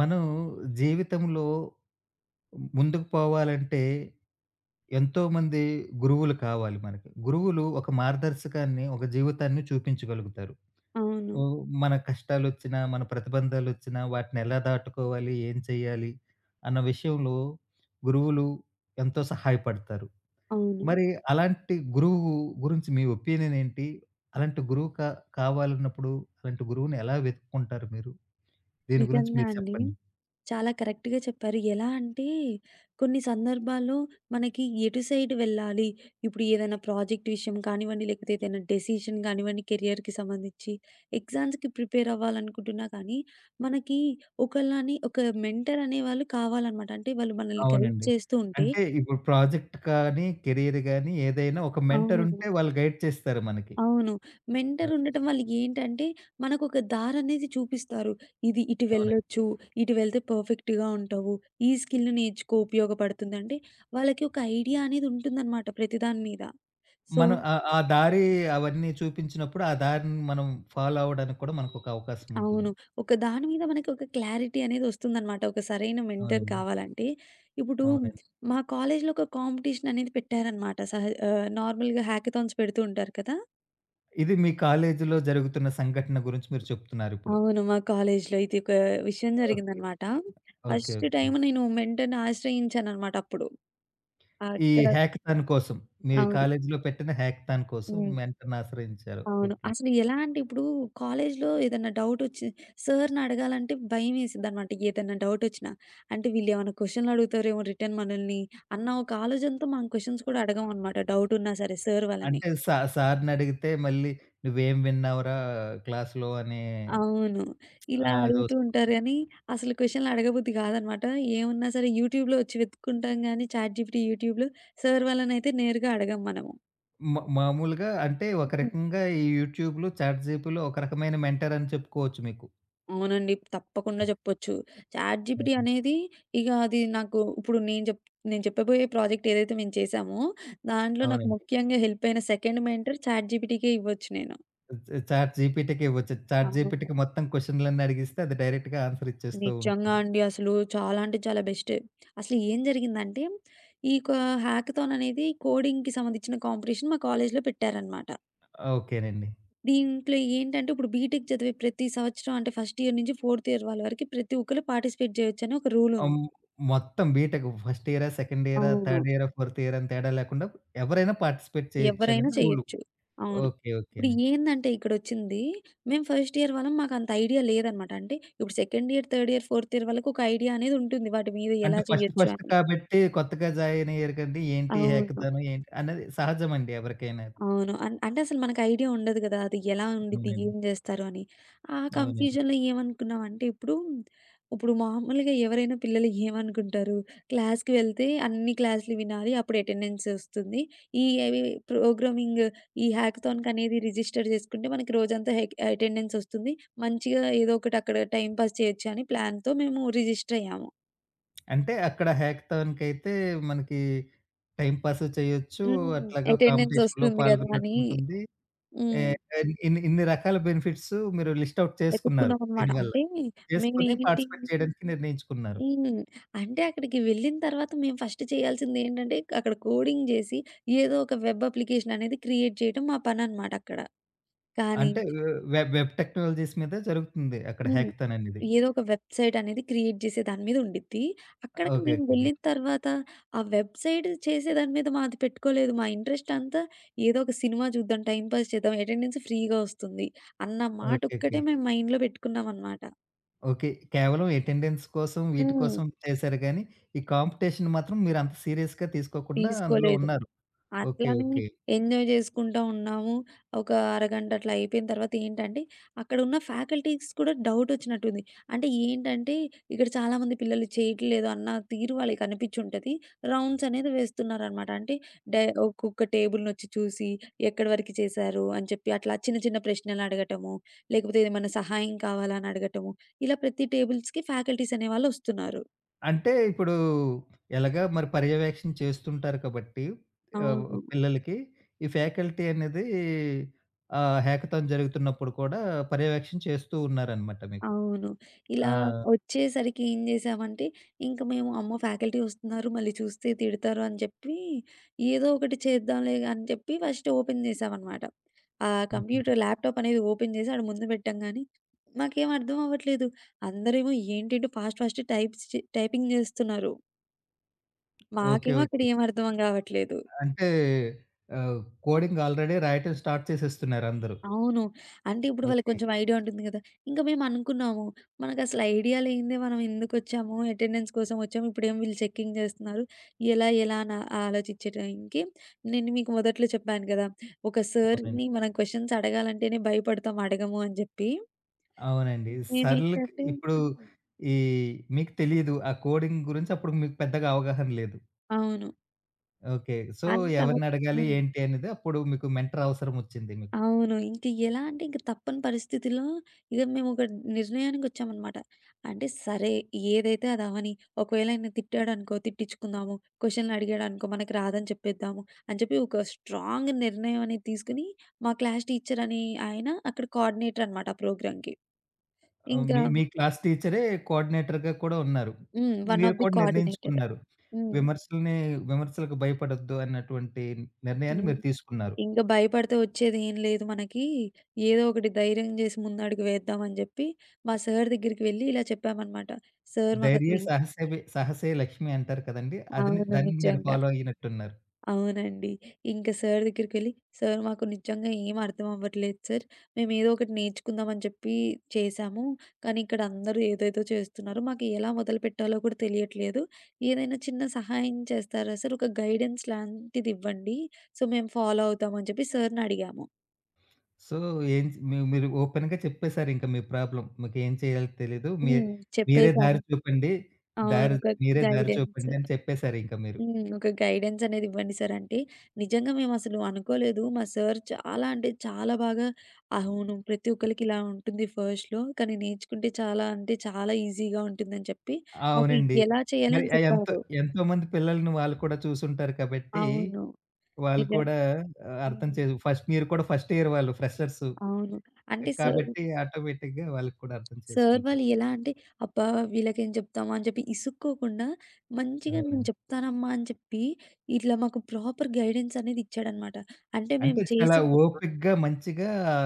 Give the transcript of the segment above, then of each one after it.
మనం జీవితంలో ముందుకు పోవాలంటే ఎంతోమంది గురువులు కావాలి మనకి. గురువులు ఒక మార్గదర్శకాన్ని, ఒక జీవితాన్ని చూపించగలుగుతారు. అవును. ఓహ్! మన కష్టాలొచ్చినా, మన ప్రతిబంధాలొచ్చినా వాటిని ఎలా దాటుకోవాలి, ఏం చేయాలి అన్న విషయంలో గురువులు ఎంతో సహాయపడతారు. అవును. మరి అలాంటి గురువు గురించి మీ ఒపీనియన్ ఏంటి? అలాంటి గురువు కావాలన్నప్పుడు అలాంటి గురువుని ఎలా వెతుక్కుంటారు మీరు? దీని గురించి నిజంగా మీరు అండి. చెప్పండి. చాలా కరెక్ట్‌గా చెప్పారు. ఎలా అంటే కొన్ని సందర్భాల్లో మనకి ఎటు సైడ్ వెళ్ళాలి, ఇప్పుడు ఏదైనా ప్రాజెక్ట్ విషయం కానివ్వండి, లేకపోతే ఏదైనా డెసిషన్ కానివ్వండి, కెరియర్‌కి సంబంధించి ఎగ్జామ్స్‌కి ప్రిపేర్ అవ్వాలనుకుంటున్నా కానీ, మనకి ఒకళ్ళని ఒక మెంటర్ అనేవాళ్ళు కావాలనమాట. అంటే వాళ్ళు మనల్ని గైడ్ అవునండి. చేస్తూ ఉంటే అంటే ఇప్పుడు ప్రాజెక్ట్ కానీ, కెరియర్ గాని ఏదైనా ఒక మెంటర్ అవును. ఉంటే వాళ్ళు గైడ్ చేస్తారు మనకి. అవును. Mentor okay. ఉండటం వల్ల ఏంటంటే, మనకొక దారనేది చూపిస్తారు. ఇది ఇటు అవునండి. వెళ్ళొచ్చు, ఇటు వెళ్తే పర్ఫెక్ట్‌గా ఉంటావు, ఈ స్కిల్ నేర్చుకో ఉపయోగపడుతుందంటే, వాళ్ళకి ఒక ఐడియా అనేది ఉంటుందనమాట ప్రతి దాని మీద. సో మనం ఆ ఆ దారి అవన్నీ చూపించినప్పుడు ఆ దారిని మనం ఫాలో అవ్వడానికి కూడా మనకొక అవకాశం అవును. ఉంటుంది. ఒక దాని మీద మనకి ఒక క్లారిటీ అనేదొస్తుందనమాట. ఒక సరైన మెంటర్ అవునండి. కావాలంటే. ఇప్పుడు అవునండి. మా కాలేజ్‌లో ఒక కాంపిటీషన్ అనేది పెట్టారనమాట. నార్మల్‌గా హ్యాకథాన్స్ పెడుతూ ఉంటారు కదా! ఇది మీ కాలేజీలో జరుగుతున్న సంఘటన గురించి మీరు చెప్తున్నారిప్పుడు. అవును. మా కాలేజ్‌లో ఇది ఒక విషయం ఓకే. జరిగిందనమాట. ఓకే. First okay. టైమ్ నేను మెంటర్‌ని ఆశ్రయించాననమాట అప్పుడు. ఈ అక్కడ హ్యాకథాన్ కోసం మీ అవును. కాలేజీలో పెట్టిన హ్యాకథాన్ కోసం హ్మ్. మెంటర్‌ని ఆశ్రయించారు. అవును. ఓకే. అసలు ఎలా అంటే ఇప్పుడు కాలేజ్‌లో ఏదన్నా డౌటొచ్చి సార్‌ని అడగాలంటే భయమేసిద్దనమాట. ఏదన్నా డౌటొచ్చినా. అంటే వీళ్ళేమన్నా క్వెషన్‌లు అడుగుతారేమో రిటర్న్ మనల్ని అన్న ఒక ఆలోచనతో మనం క్వెషన్స్ కూడా అడగమనమాట డౌటున్నా సరే సార్ వాళ్ళని. అంటే సార్‌నడిగితే మళ్ళీ "నువ్వేం విన్నావురా క్లాస్‌లో" అనే. అవును. ఇలా ఆహ్, అడుగుతూ అదొస్ ఉంటారు గానీ, అసలు క్వెషన్‌లు అడగబుద్ధి కాదనమాట. ఏమున్నా సరే యూట్యూబ్‌లో వచ్చి వెతుక్కుంటాం గానీ, చాట్‌జీపీటీ, యూట్యూబ్‌లో సర్ వాళ్ళనైతే నేరుగా అడగం మనము. మామూలుగా అంటే ఒక హ్మ్. రకంగా ఈ యూట్యూబ్‌లో, చాట్‌జీపీలో ఒక రకమైన మెంటర్ అని చెప్పుకోవచ్చు మీకు. అవునండి. తప్పకుండా చెప్పొచ్చు. చాట్‌జీపీటీ అవును. అనేది ఇగ అది నాకు ఇప్పుడు నేను చెప్పబోయే ప్రాజెక్ట్ ఏదైతే మేము చేశామో, దాంట్లో నాకు అవునండి. ముఖ్యంగా హెల్ప్ అయిన సెకండ్ మెంటర్ చాట్‌జీపీటీకే ఇవ్వచ్చు నేను. చాట్‌జీపీటీకి ఇవ్వచ్చు. అవును. చాట్‌జీపీటీకి మొత్తం క్వెషన్‌లన్నీ అడిగిస్తే అది డైరెక్ట్‌గా ఆన్సర్ ఇచ్చేస్తూ నిజంగా ఉంటుంది. అండి. అసలు చాలా అంటే చాలా బెస్ట్. అసలు ఏం జరిగిందంటే, ఈ క హ్యాకథాన్ అనేది కోడింగ్‌కి సంబంధించిన కాంపిటీషన్ మా కాలేజ్‌లో పెట్టారనమాట. ఓకేనండి. దీంట్లో ఏంటంటే, ఇప్పుడు బీటెక్ చదివే ప్రతి సంవత్సరం అంటే ఫస్ట్ ఇయర్ నుంచి ఫోర్త్ ఇయర్ వాళ్ళ వరకు ప్రతి ఒక్కళ్ళు పార్టిసిపేట్ చేయొచ్చని ఒక రూల్ ఉంది. ఆహ్, మొత్తం బీటెక్ ఫస్ట్ ఇయరా, సెకండ్ ఇయరా, అవును. థర్డ్ ఇయరా, ఫోర్త్ ఇయర్ అని తేడా లేకుండా ఎవరైనా పార్టిసిపేట్ చేయొచ్చు ఎవరైనా అనేది రూలు. చేయొచ్చు. అవును. ఓకే. ఇప్పుడు ఓకేనండి. ఏందంటే ఇక్కడొచ్చింది, మేము ఫస్ట్ ఇయర్ వాళ్ళం మాకంత ఐడియా లేదనమాట. అంటే ఇప్పుడు second year, third year, fourth year వాళ్ళకి ఒక ఐడియా అనేది ఉంటుంది. వాటి మీద అంటే ఎలా ఫస్ట్ చేయొచ్చు ఫస్ట్ అని. కాబట్టి కొత్తగా జాయిన్ అయ్యారు కండి. ఏంటి అవును. హ్యాకథాను ఏంటి అనేది సహజమండి ఎవరికైనా. అవును. అంటే అసలు మనకు ఐడియా ఉండదు గదా! అది ఎలా ఉండిద్ది? అవునండి. ఏం జేస్తారు అని. ఆ అవునండి. కన్‌ఫ్యూజన్‌లో ఏమనుకున్నామంటే ఇప్పుడు, ఇప్పుడు మామూలుగా ఎవరైనా పిల్లలు ఏమనుకుంటారు? క్లాస్‌కి వెళ్తే అన్ని క్లాస్‌లు వినాలి. అప్పుడు అటెండెన్స్ ఒస్తుంది. ఈ అవి ప్రోగ్రామింగ్ ఈ హ్యాకథాన్‌కి అనేది రిజిస్టర్ జేసుకుంటే మనకి రోజంతా హెక్ అటెండెన్స్ ఒస్తుంది. మంచిగా ఏదో ఒకటి అక్కడ టైమ్ పాస్ చేయొచ్చు అని ప్లాన్‌తో మేము రిజిస్టర్ అయ్యాము. అంటే అక్కడ హ్యాకథాన్‌కైతే మనకి టైమ్ పాస్ చేయొచ్చు. హ్మ్. అట్లాగే అటెండెన్స్ కాంపిటీషన్‌లో ఒస్తుంది గదా! పాల్గొన్నట్టు అని. ఉంటుంది. ఏ హ్మ్. ఇన్ ఇన్ని ఇన్ని రకాల బెనిఫిట్స్ మీరు లిస్ట్ ఔట్ చేసుకున్నారు వెతుక్కున్నామనమాట. దీనివల్ల. అంటే చేసుకొని మేమేంటి పార్టిసిపేట్ చేయడానికి నిర్ణయించుకున్నారు. హ్మ్. అంటే అక్కడికి వెళ్ళిన తర్వాత మేము ఫస్ట్ చేయాల్సిందేంటంటే, అక్కడ కోడింగ్ జేసి ఏదో ఒక వెబ్ అప్లికేషన్ అనేది క్రియేట్ చేయటం మా పననమాట అక్కడ. కానీ అంటే వెబ్ టెక్నాలజీస్ మీద జరుగుతుంది అక్కడ హ్మ్. హ్యాకథాన్ అనేది. ఏదో ఒక వెబ్‌సైట్ అనేది క్రియేట్ జేసే దాని మీద ఉండిద్ది. అక్కడికి ఓకే. మేము ఓకే. వెళ్ళిన తర్వాత ఆ వెబ్‌సైట్ చేసే దాని మీద మాది పెట్టుకోలేదు. మా ఇంట్రెస్ట్ అంతా ఏదో ఒక సినిమా చూద్దాం, టైమ్ పాస్ చేద్దాం, అటెండెన్స్ ఫ్రీగా వస్తుంది అన్న ఓకే. ఓకే. మాటొక్కటే మేము మైండ్‌లో పెట్టుకున్నామనమాట. ఓకే. కేవలం అటెండెన్స్ కోసం వీటి హ్మ్. కోసం చేశారు గానీ, ఈ కాంపిటీషన్ మాత్రం మీరంత సీరియస్‌గా తీసుకోకుండా అందులో తీసుకోలేదు. ఉన్నారు. ఓకే. అట్లని ఓకే. ఎంజాయ్ జేసుకుంటా ఉన్నాము. ఒక అరగంట అట్లా అయిపోయిన తర్వాత ఏంటంటే, అక్కడున్న ఫ్యాకల్టీస్ కూడా డౌటొచ్చినట్టుంది. అంటే ఏంటంటే, ఇక్కడ చాలామంది పిల్లలు చేయట్లేదు అన్న తీరు వాళ్ళకి అనిపిచ్చుంటది. రౌండ్స్ అనేది వేస్తున్నారనమాట. అంటే ఒక్కొక్క టేబుల్‌నొచ్చి చూసి, ఎక్కడి వరకు చేశారు అని చెప్పి అట్లా చిన్న చిన్న ప్రశ్నలడగటము, లేకపోతే ఏమైనా సహాయం కావాలా అని అడగటము, ఇలా ప్రతి టేబుల్స్‌కి ఫ్యాకల్టీస్ అనేవాళ్ళొస్తున్నారు. అంటే ఇప్పుడు ఎలాగా మరి పర్యవేక్షణ చేస్తుంటారు కాబట్టి ఆహ్, అవును. పిల్లలకి ఈ ఫ్యాకల్టీ అనేది హ్యాకథాన్ జరుగుతున్నప్పుడు కూడా పర్యవేక్షణ చేస్తూ ఉన్నారనమాట మీకు. అవును. ఇలా ఆ! ఒచ్చేసరికి ఏం జేశామంటే, ఇంక మేము అమ్మో! ఫ్యాకల్టీ ఒస్తున్నారు, మళ్ళీ చూస్తే తిడతారు అని జెప్పి, ఏదో ఒకటి చేద్దాంలే అని చెప్పి ఫస్ట్ ఓపెన్ జేశామనమాట. ఆ హుహు. కంప్యూటర్, ల్యాప్‌టాప్ అనేది ఓపెన్ జేసి ఆడ ముందు పెట్టంగానే, మాకేం అర్థం అవ్వట్లేదు. అందరేమో ఏంటేంటో ఫాస్ట్ ఫాస్ట్ టైప్స్ చే టైపింగ్ జేస్తున్నారు. ఓకే. మాకేమో అక్కడ ఓకే. ఏం అర్థం గావట్లేదు. అంటే ఆహ్, కోడింగ్ ఆల్రెడీ రాయటం స్టార్ట్ చేసేస్తున్నారు అందరూ. అవును. అంటే ఇప్పుడు వాళ్ళకి ఓకే. కొంచెం ఐడియా ఉంటుంది గదా! ఇంకా మేమనుకున్నాము. మనకసలు ఐడియా లేనిదే మనం ఎందుకొచ్చాము, అటెండెన్స్ కోసం వచ్చాము. ఇప్పుడేమో వీళ్ళు చెకింగ్ చేస్తున్నారు. ఎలా ఎలా అని ఆలోచించే టైంకి నేను మీకు మొదట్లో చెప్పాను కదా! ఒక అవునండి. సార్‌ని మనం క్వెషన్స్ అడగాలంటేనే భయపడతాం అడగము అని జెప్పి. అవునండి. సర్ల్‌కి మేమేంటంటే ఇప్పుడు హ్మ్. ఈ మీకు తెలీదు. ఆ కోడింగ్ గురించి అప్పుడు మీకు పెద్దగా అవగాహన లేదు. అవును. ఓకే. సో, అంత అవ ఎవరినడగాలి హ్మ్. ఏంటి అనేది అప్పుడు మీకు మెంటర్ అవసరమొచ్చింది మీకు. అవును. ఇంక ఎలా అంటే ఇంక తప్పని పరిస్థితిలో ఇక మేమొక నిర్ణయానికొచ్చామనమాట. అంటే సరే ఏదైతే అది అవ్వని. ఒకవేళ ఆయన తిట్టాడనుకో తిట్టిచ్చుకుందాము. క్వెషన్‌లడిగాడనుకో మనకి రాదని చెప్పేద్దాము అని చెప్పి ఒక స్ట్రాంగ్ నిర్ణయం అనేది తీసుకొని మా క్లాస్ టీచర్ అని ఆయన అక్కడ కోఆర్డినేటర్ అనమాట ఆ ప్రోగ్రామ్‌కి. ఆహ్, ఇంకా మీ మీ క్లాస్ టీచరే కోఆర్డినేటర్‌గా కూడా ఉన్నారు. హ్మ్. వన్ మీరు ఆఫ్ ది కూడా కోఆర్డినేటర్. నిర్ణయించుకున్నారు. హ్మ్. విమర్శల్ని విమర్శలకు భయపడొద్దు అన్నటువంటి నిర్ణయాన్ని హ్మ్. మీరు తీసుకున్నారు. ఇంక భయపడితే వచ్చేదేం లేదు మనకి. ఏదో ఒకటి ధైర్యం జేసి ముందడుగు వేద్దాం అని జెప్పి, మా సార్ దగ్గరికి వెళ్లి ఇలా చెప్పామనమాట. సార్ ధైర్యే మాకసలు సాహసవే సాహసే లక్ష్మి అంటారు కదండీ! అది అవును. దాన్ని మీరు నిజంగా. ఫాలో అయినట్టున్నారు. అవునండి. ఇంక సార్ దగ్గరికెళ్లి, "సార్ మాకు నిజంగా ఏం అర్థం అవ్వట్లేదు సార్. మేమేదో ఒకటి నేర్చుకుందాం అని చెప్పి చేశాము. కానీ ఇక్కడ అందరూ ఏదేదో చేస్తున్నారు. మాకు ఎలా మొదలుపెట్టాలో కూడా తెలియట్లేదు. ఏదైనా చిన్న సహాయం చేస్తారా సార్? ఒక గైడెన్స్ లాంటిదివ్వండి. సో, మేము ఫాలో అవుతాం" అని చెప్పి సార్‌ని అడిగాము. సో, ఏం చ్ మీ మీరు ఓపెన్‌గా చెప్పేసారింక మీ ప్రాబ్లమ్. మీకేం చేయాలో తెలీదు. మీ హ్మ్. మీరే చెప్పేసాము. దారి చూపండి. అవును. దారి ఒక మీరే దారి గైడెన్స్. చూపండి అని చెప్పేసారింక మీరు. హ్మ్. ఒక గైడెన్స్ అనేది ఇవ్వండి సార్ అంటే, నిజంగా మేమసలు అనుకోలేదు. మా సార్ చాలా అంటే చాలా బాగా అవును. ప్రతి ఒక్కళ్ళకి ఇలా ఉంటుంది ఫస్ట్‌లో. కానీ నేర్చుకుంటే చాలా అంటే చాలా ఈజీగా ఉంటుందని చెప్పి, మాకు అవునండి. ఎలా చేయాలి మరి అని ఆహ్, ఎంతో చెప్పారు. ఎంతోమంది పిల్లల్ని వాళ్ళు కూడా చూసుంటారు కాబట్టి, అవును. వాళ్ళు నిజం. కూడా ఆహ్, అర్థం హ్మ్. చేసు ఫస్ట్ మీరు కూడా ఫస్ట్ ఇయర్ వాళ్ళు ఫ్రెషర్సు. అవును. అంటే సార్ కాబట్టి ఆటోమేటిక్‌గా వాళ్ళకి కూడా అర్థం సార్ వాళ్ళు చేసుకుంటారు. ఎలా అంటే, అబ్బా! వీళ్ళకేం చెప్తామా అని చెప్పి ఇసుక్కోకుండా, మంచిగా నేను అవునండి. చెప్తానమ్మా అని చెప్పి, ఇట్లా మాకు ప్రాపర్ గైడెన్స్ అనేది ఇచ్చాడనమాట. అంటే అంటే మేము చాలా చేసే వ ఓపికగా మంచిగా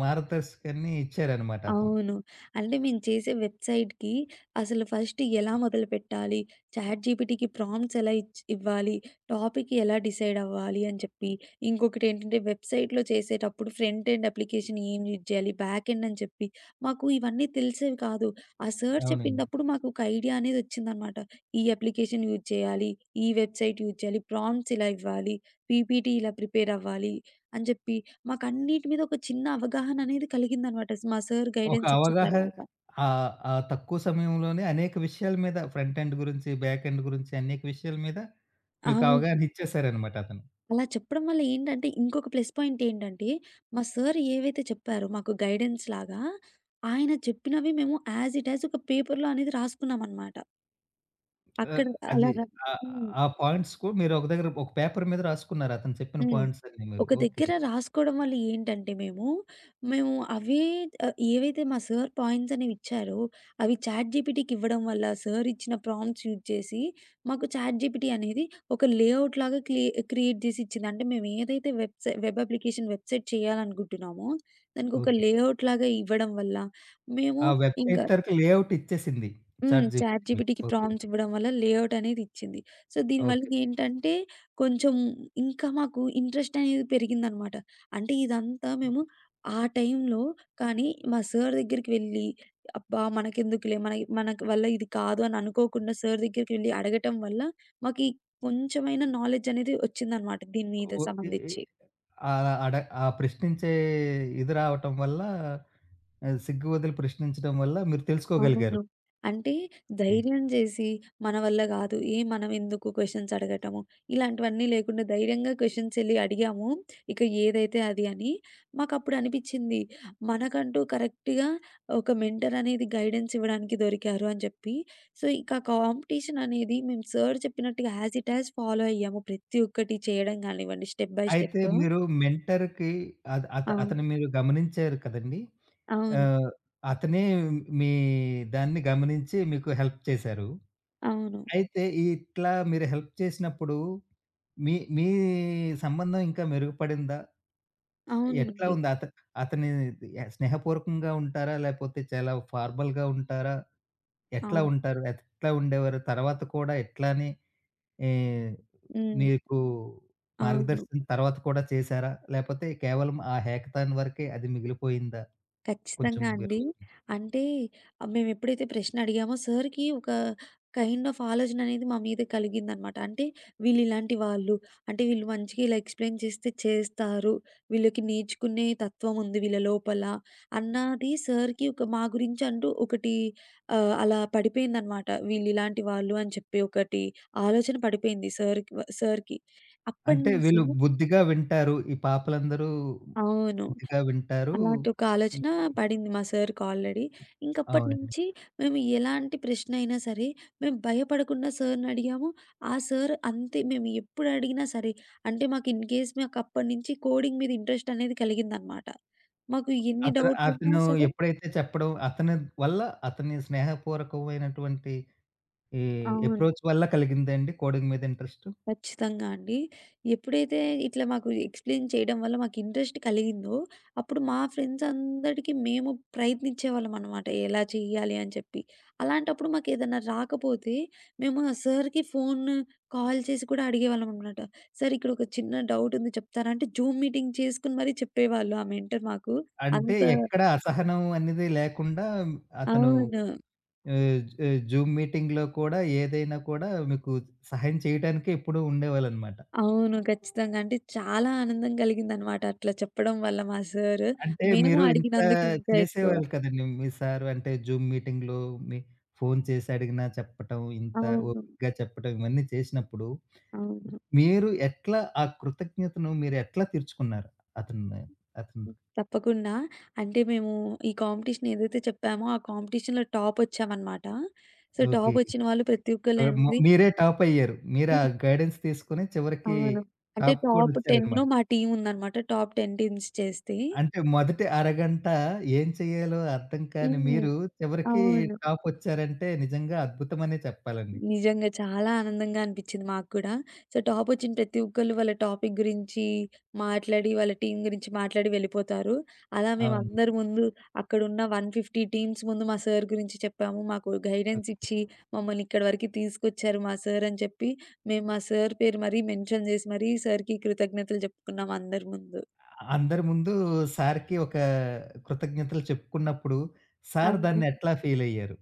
మార్గదర్శకాన్ని ఇచ్చారనమాట అతను. అవును. అంటే మేము చేసే వెబ్‌సైట్‌కి అసలు ఫస్ట్ ఎలా మొదలుపెట్టాలి? చాట్‌జీపీటీకి ప్రాంప్ట్స్ ఎలా ఇవ్వాలి? టాపిక్ ఎలా డిసైడ్ అవ్వాలి? అని చెప్పి, ఇంకొకటేంటంటే వెబ్‌సైట్‌లో చేసేటప్పుడు ఫ్రంట్ ఎండ్ అప్లికేషన్ ఏం యూజ్ చేయాలి? బ్యాక్ ఎండ్ అని చెప్పి, మాకు ఇవన్నీ తెలిసేవి కాదు. ఆ సార్ అవునండి. చెప్పినప్పుడు మాకు ఒక ఐడియా అనేది వచ్చిందనమాట. ఈ అప్లికేషన్ యూజ్ చేయాలి. ఈ వెబ్‌సైట్ యూజ్ చేయాలి. ప్రాంప్ట్స్ ఇలా ఇవ్వాలి. పీపీటీ ఇలా ప్రిపేర్ అవ్వాలి అని చెప్పి మాకన్నిటి మీద ఒక చిన్న అవగాహన అనేది కలిగిందనమాట. మా సార్ ఒక గైడెన్స్ ఇచ్చిన అవగాహ తర్వాత. ఆ తక్కువ సమయంలోనే అనేక విషయాల మీద ఫ్రంట్ ఎండ్ గురించి, బ్యాక్ ఎండ్ గురించి అనేక విషయాల మీద మీకు అవును. అవగాహన ఇచ్చేసారనమాట అతను. అలా చెప్పడం వల్ల ఏంటంటే, ఇంకొక ప్లస్ పాయింట్ ఏంటంటే, మా సార్ ఏవైతే చెప్పారో మాకు గైడెన్స్ లాగా, ఆయన చెప్పినవి మేము యాజ్ ఇట్ యాజ్ ఒక పేపర్‌లో అనేది రాసుకున్నామనమాట. ఆహ్, అక్కడ అలా అది ర ఆహ్, హ్మ్. ఆ పాయింట్స్‌కు మీరు ఒక దగ్గర ఒక పేపర్ మీద రాసుకున్నారు అతను చెప్పిన హ్మ్. పాయింట్స్ అన్నీ మీరు. ఒక ఓకే. దగ్గర రాసుకోవడం వల్ల ఏంటంటే మేము, మేము అవే ఆహ్, ఏవైతే మా సార్ పాయింట్స్ అనేవి ఇచ్చారో, అవి చాట్‌జీపీటీకి ఇవ్వడం వల్ల సార్ ఇచ్చిన ప్రాంప్ట్స్ యూజ్ చేసి, మాకు చాట్‌జీపీటీ అనేది ఒక లేఅవుట్ లాగా క్రియేట్ జేసి ఇచ్చింది. అంటే మేము ఏదైతే వెబ్ అప్లికేషన్ వెబ్‌సైట్ చేయాలనుకుంటున్నామో, దానికి ఒక ఓకే. లేఅవుట్ లాగా ఇవ్వడం వల్ల, మేము ఆ ఇంక వెబ్‌సైట్ తరకు లేఅవుట్ ఇచ్చేసింది హ్మ్. చాట్ చాట్‌జీపీటీ మీకు. జీపీటీకి ఓకే. ప్రాంప్ట్స్ ఇవ్వడం వల్ల లేఔట్ అనేది ఇచ్చింది. సో, దీనివల్ల ఓకే. ఏంటంటే కొంచెం ఇంకా మాకు ఇంట్రెస్ట్ అనేది పెరిగిందనమాట. అంటే ఇదంతా మేము ఆ టైంలో కానీ మా సార్ దగ్గరికి వెళ్ళి అబ్బా! మనకెందుకులే మన మన వల్ల ఇది కాదు అని అనుకోకుండా సార్ దగ్గరికి వెళ్లి అడగటం వల్ల మాకి కొంచెమైనా నాలెడ్జ్ అనేది వచ్చిందనమాట దీని మీద ఓ ఇ ఇ సంబంధించి. ఆహ్, అడ ఆ ప్రశ్నించే ఇది రావటం వల్ల సిగ్గు వదిలి ప్రశ్నించడం వల్ల మీరు తెలుసుకోగలిగారు. అవును. అంటే ఓకే. ధైర్యం జేసి, మన వల్ల గాదు. మనం ఎందుకు క్వెషన్స్ అడగటము, ఇలాంటివన్నీ లేకుండా ధైర్యంగా క్వెషన్స్ ఎళ్లి అడిగాము. ఇక ఏదైతే అది అని. మాకప్పుడు అనిపిచ్చింది. మనకంటూ కరెక్ట్‌గా ఒక మెంటర్ అనేది గైడెన్స్ ఇవ్వడానికి దొరికారు అని చెప్పి. సో, ఇక ఆ కాంపిటీషన్ అనేది మేము సార్ చెప్పినట్టుగా యాజ్ ఇట్ యాజ్ ఫాలో అయ్యాము. ప్రతి ఒక్కటి చేయడం గానివ్వండి స్టెప్ బై అయితే స్టెప్. మీరు మెంటర్‌కి అత్ అత అవును. అతను మీరు గమనించారు కదండీ! అవును. ఆహ్, అతనే మీ దాన్ని గమనించి మీకు హెల్ప్ చేశారు. అవును. అయితే ఇట్లా మీరు హెల్ప్ చేసినప్పుడు మీ మీ సంబంధం ఇంకా మెరుగుపడిందా? ఎట్లా అవునండి. ఉంది? అతని స్నేహపూర్వకంగా ఉంటారా? లేపోతే చాలా ఫార్మల్‌గా ఉంటారా? ఎట్లా అవును. ఉంటారు? ఎట్లా ఉండేవారు? తర్వాత కూడా ఇట్లానే ఏ హ్మ్. మీకు అవును. మార్గదర్శనం తర్వాత కూడా చేశారా? లేపోతే కేవలం ఆ హేకథాన్ వరకే అది మిగిలిపోయిందా? కొంచెం ఖచ్చితంగా మీరు అండి. వివరి అంటే మేమెప్పుడైతే ప్రశ్న అడిగామో సార్‌కి ఒక కైండ్ ఆఫ్ ఆలోచన అనేది మా మీద కలిగిందనమాట. అంటే వీళ్ళిలాంటి వాళ్ళు, అంటే వీళ్ళు మంచిగా ఇలా ఎక్స్‌ప్లెయిన్ చేస్తే చేస్తారు. వీళ్ళకి నేర్చుకునే తత్వం ఉంది వీళ్ళ లోపల అన్నది సార్‌కి ఒక మా గురించి అంటూ ఒకటి అలా పడిపోయిందనమాట. వీళ్ళిలాంటి వాళ్ళు అని చెప్పి ఒకటి ఆలోచన పడిపోయింది సార్‌కి. అంటే అప్పటినుంచి వీళ్ళు బుద్ధిగా వింటారు. ఈ పాపలందరూ అవును. బుద్ధిగా వింటారు. అలాంటి ఒక హ్మ్. ఆలోచన పడింది మా సార్‌కి ఆల్రెడీ. ఇంకప్పటి అవునండి. నుంచి మేము ఎలాంటి ప్రశ్న అయినా సరే, మేము భయపడకుండా సార్‌ని అడిగాము. ఆ సార్ అంతే మేము ఎప్పుడు అడిగినా సరే, అంటే మాకు ఇన్ కేస్ మాకు అప్పటి నుంచి కోడింగ్ మీద ఇంట్రెస్ట్ అనేది కలిగిందనమాట. మాకు ఎన్ని అతను డౌట్లున్నా అతను సరే ఎప్పుడైతే చెప్పడం అతని వల్ల అతని స్నేహపూర్వకమైనటువంటి ఈ అవును. అప్రోచ్ వల్ల కలిగిందండి కోడింగ్ మీద ఇంట్రెస్ట్? ఖచ్చితంగా అండి. ఎప్పుడైతే ఇట్లా మాకు ఎక్స్‌ప్లెయిన్ చేయడం వల్ల మాకు ఇంట్రెస్ట్ కలిగిందో, అప్పుడు మా ఫ్రెండ్స్ అందరికీ మేము ప్రయత్నించేవాళ్ళమనమాట. ఎలా చేయాలి అని చెప్పి. అలాంటప్పుడు మాకేదన్నా రాకపోతే మేము ఆ సార్‌కి ఫోన్ కాల్ చేసి కూడా అడిగేవాళ్ళమనమాట. "సార్ ఇక్కడొక చిన్న డౌట్ ఉంది చెప్తారా?" అంటే జూమ్ మీటింగ్ చేసుకొని మరీ చెప్పేవాళ్ళు ఆ మెంటర్ మాకు. అంటే అంత ఎక్కడ అసహనం అనేది లేకుండా అతను అవును. ఆహ్, ఆహ్, జూమ్ మీటింగ్‌లో కూడా ఏదైనా కూడా మీకు సహాయం చేయటానికే ఎప్పుడూ ఉండేవాళ్ళనమాట. అవును. ఖచ్చితంగా. అంటే చాలా ఆనందం కలిగిందనమాట అట్లా చెప్పడం వల్ల మా సారు. అంటే మేము మీరు ఇంత అడిగినందుకు ఇంకా ఎక్కువ. చేసేవాళ్ళు కదండీ మీ సారు. అంటే జూమ్ మీటింగ్‌లో మీ ఫోను చేసి అడిగినా చెప్పటం, ఇంత అవును. ఓపికగా చెప్పటం ఇవన్నీ చేసినప్పుడు అవును. మీరు ఎట్లా ఆ కృతజ్ఞతను మీరు ఎట్లా తీర్చుకున్నారు? అతను అతను హ్మ్. తప్పకుండా. అంటే మేము ఈ కాంపిటీషన్ ఏదైతే చెప్పామో, ఆ కాంపిటీషన్‌లో టాపొచ్చామనమాట. So, okay. టాపొచ్చిన వాళ్ళు ప్రతి ఆహ్, మ ఒక్కళ్ళనేది మీరే టాప్ అయ్యారు. మీరు ఆ హ్మ్. గైడెన్స్ తీసుకొని చివరికి అవును. అంటే టాప్ కూడా టాప్ 10లో వచ్చారనమాట. మా టీముందనమాట. టాప్ 10 టీమ్స్ చేస్తే. అంటే మొదటి అరగంట ఏం చేయాలో అర్థం కాని హ్మ్. మీరు చివరికి అవును. టాపొచ్చారంటే నిజంగా అద్భుతమనే చెప్పాలండి. నిజంగా చాలా ఆనందంగా అనిపిచ్చింది మాకు కూడా. సో, టాపొచ్చిన ప్రతి ఒక్కళ్ళు వాళ్ళ టాపిక్ గురించి మాట్లాడి, వాళ్ళ టీమ్ గురించి మాట్లాడి వెళ్ళిపోతారు. అలా అవును. మేమందరి ముందు అక్కడున్న 150 టీమ్స్ ముందు మా సార్ గురించి చెప్పాము. మాకు గైడెన్స్ ఇచ్చి మమ్మల్ని ఇక్కడి వరకు తీసుకొచ్చారు మా సార్ అని చెప్పి, మేము మా సార్ పేరు మరీ మెన్షన్ జేసి మరీ సార్‌కి కృతజ్ఞతలు జెప్పుకున్నాం అందరి ముందు. అందరి ముందు సార్‌కి ఒక కృతజ్ఞతలు చెప్పుకున్నప్పుడు సార్ అవును. దాన్ని ఎట్లా ఫీలయ్యారు?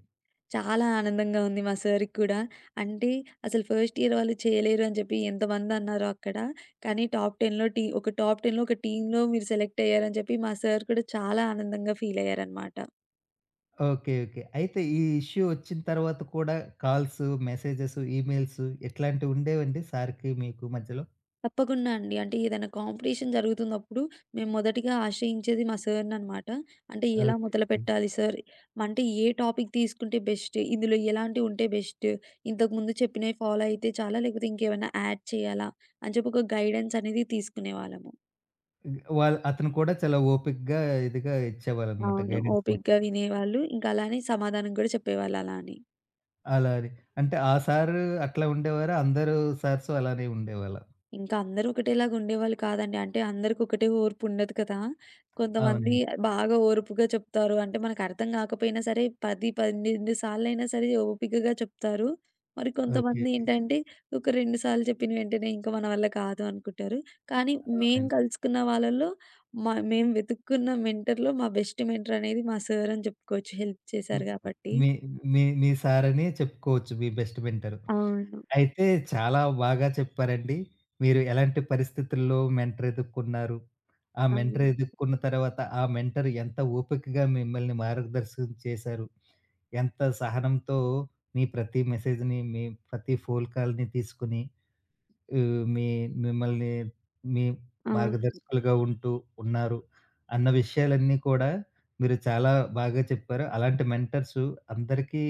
చాలా ఆనందంగా ఉంది మా సార్‌కి కూడా. అంటే అసలు ఫస్ట్ ఇయర్ వాళ్ళు చేయలేరు అని చెప్పి ఎంతమందన్నారో అక్కడ. కానీ టాప్ 10లో ఒక టీమ్‌లో మీరు సెలెక్ట్ అయ్యారని చెప్పి మా సార్ కూడా చాలా ఆనందంగా ఫీల్ అయ్యారనమాట. ఓకే. ఓకే. అయితే ఈ ఇష్యూ వచ్చిన తర్వాత కూడా కాల్స్, మెసేజెస్, ఈమెయిల్స్ ఇట్లాంటివి ఉండేవండి సార్‌కి మీకు మధ్యలో? తప్పకుండా అండి. అంటే ఏదైనా కాంపిటీషన్ జరుగుతున్నప్పుడు మేము మొదటిగా ఆశ్రయించేది మా సార్‌ననమాట. అంటే ఎలా ఓకే. ఓకే. మొదలుపెట్టాలి సార్? అంటే ఏ టాపిక్ తీసుకుంటే బెస్ట్? ఇందులో ఎలాంటివి ఉంటే బెస్ట్? ఇంతకుముందు చెప్పినవి ఫాలో అయితే చాలా లేకపోతే ఇంకేమైనా యాడ్ చేయాలా? అని చెప్పి ఒక గైడెన్స్ అనేది తీసుకునేవాళ్ళము. అతను కూడా చాలా ఓపికగా ఇదిగా ఇచ్చేవారనమాట అవును. గైడెన్స్ మొత్తం. ఓపికగా వినేవాళ్ళు. ఇంకా అలానే సమాధానం కూడా చెప్పేవాళ్ళు అలా అని. అలా అని. అంటే ఆ సారు అట్లా ఉండేవారా? అందరూ సార్సు అలానే ఉండేవాళ్ళా? ఇంకా అందరూ ఒకటేలాగా ఉండేవాళ్ళు కాదండి. అంటే అందరికి ఒకటే ఓర్పు ఉండదు కదా! కొంతమంది అవునండి. బాగా ఓర్పుగా చెప్తారు. అంటే మనకు అర్థం కాకపోయినా సరే 10, 12 సార్లయినా సరే ఓపికగా చెప్తారు. మరి ఓకే. కొంతమంది ఓకే. ఏంటంటే ఒక 2 సార్లు చెప్పిన వెంటనే ఇంకా మన వల్ల కాదు అనుకుంటారు. కానీ మేము అవునండి. కలుసుకున్న వాళ్ళలో మ మేము వెతుక్కున్న మెంటర్‌లో మా బెస్ట్ మెంటర్ అనేది మా సార్ అని చెప్పుకోవచ్చు. హెల్ప్ మీ చేశారు కాబట్టి. మీ మీ మీ సారని చెప్పుకోవచ్చు. మీ బెస్ట్ మెంటరు. అవును. అయితే చాలా బాగా చెప్పారండి. మీరు ఎలాంటి పరిస్థితుల్లో మెంటర్ ఎదుక్కున్నారు? ఆ మెంటర్ అవును. ఎదుక్కున్న తర్వాత ఆ మెంటర్ ఎంత ఓపికగా మిమ్మల్ని మార్గదర్శనం చేశారు? ఎంత సహనంతో మీ ప్రతి మెసేజ్‌ని, మీ ప్రతి ఫోన్ కాల్‌ని తీసుకొని ఆహ్, మీ మిమ్మల్ని మీ అవును. మార్గదర్శకులుగా ఉంటూ ఉన్నారు అన్న విషయాలన్నీ కూడా మీరు చాలా బాగా చెప్పారు. అలాంటి మెంటర్సు అందరికీ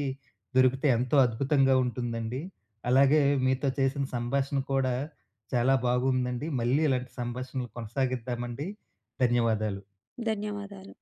దొరికితే ఎంతో అద్భుతంగా ఉంటుందండి. అలాగే మీతో చేసిన సంభాషణ కూడా చాలా బాగుందండి. మళ్ళీ ఇలాంటి సంభాషణలు కొనసాగిద్దామండి. ధన్యవాదాలు. ధన్యవాదాలు.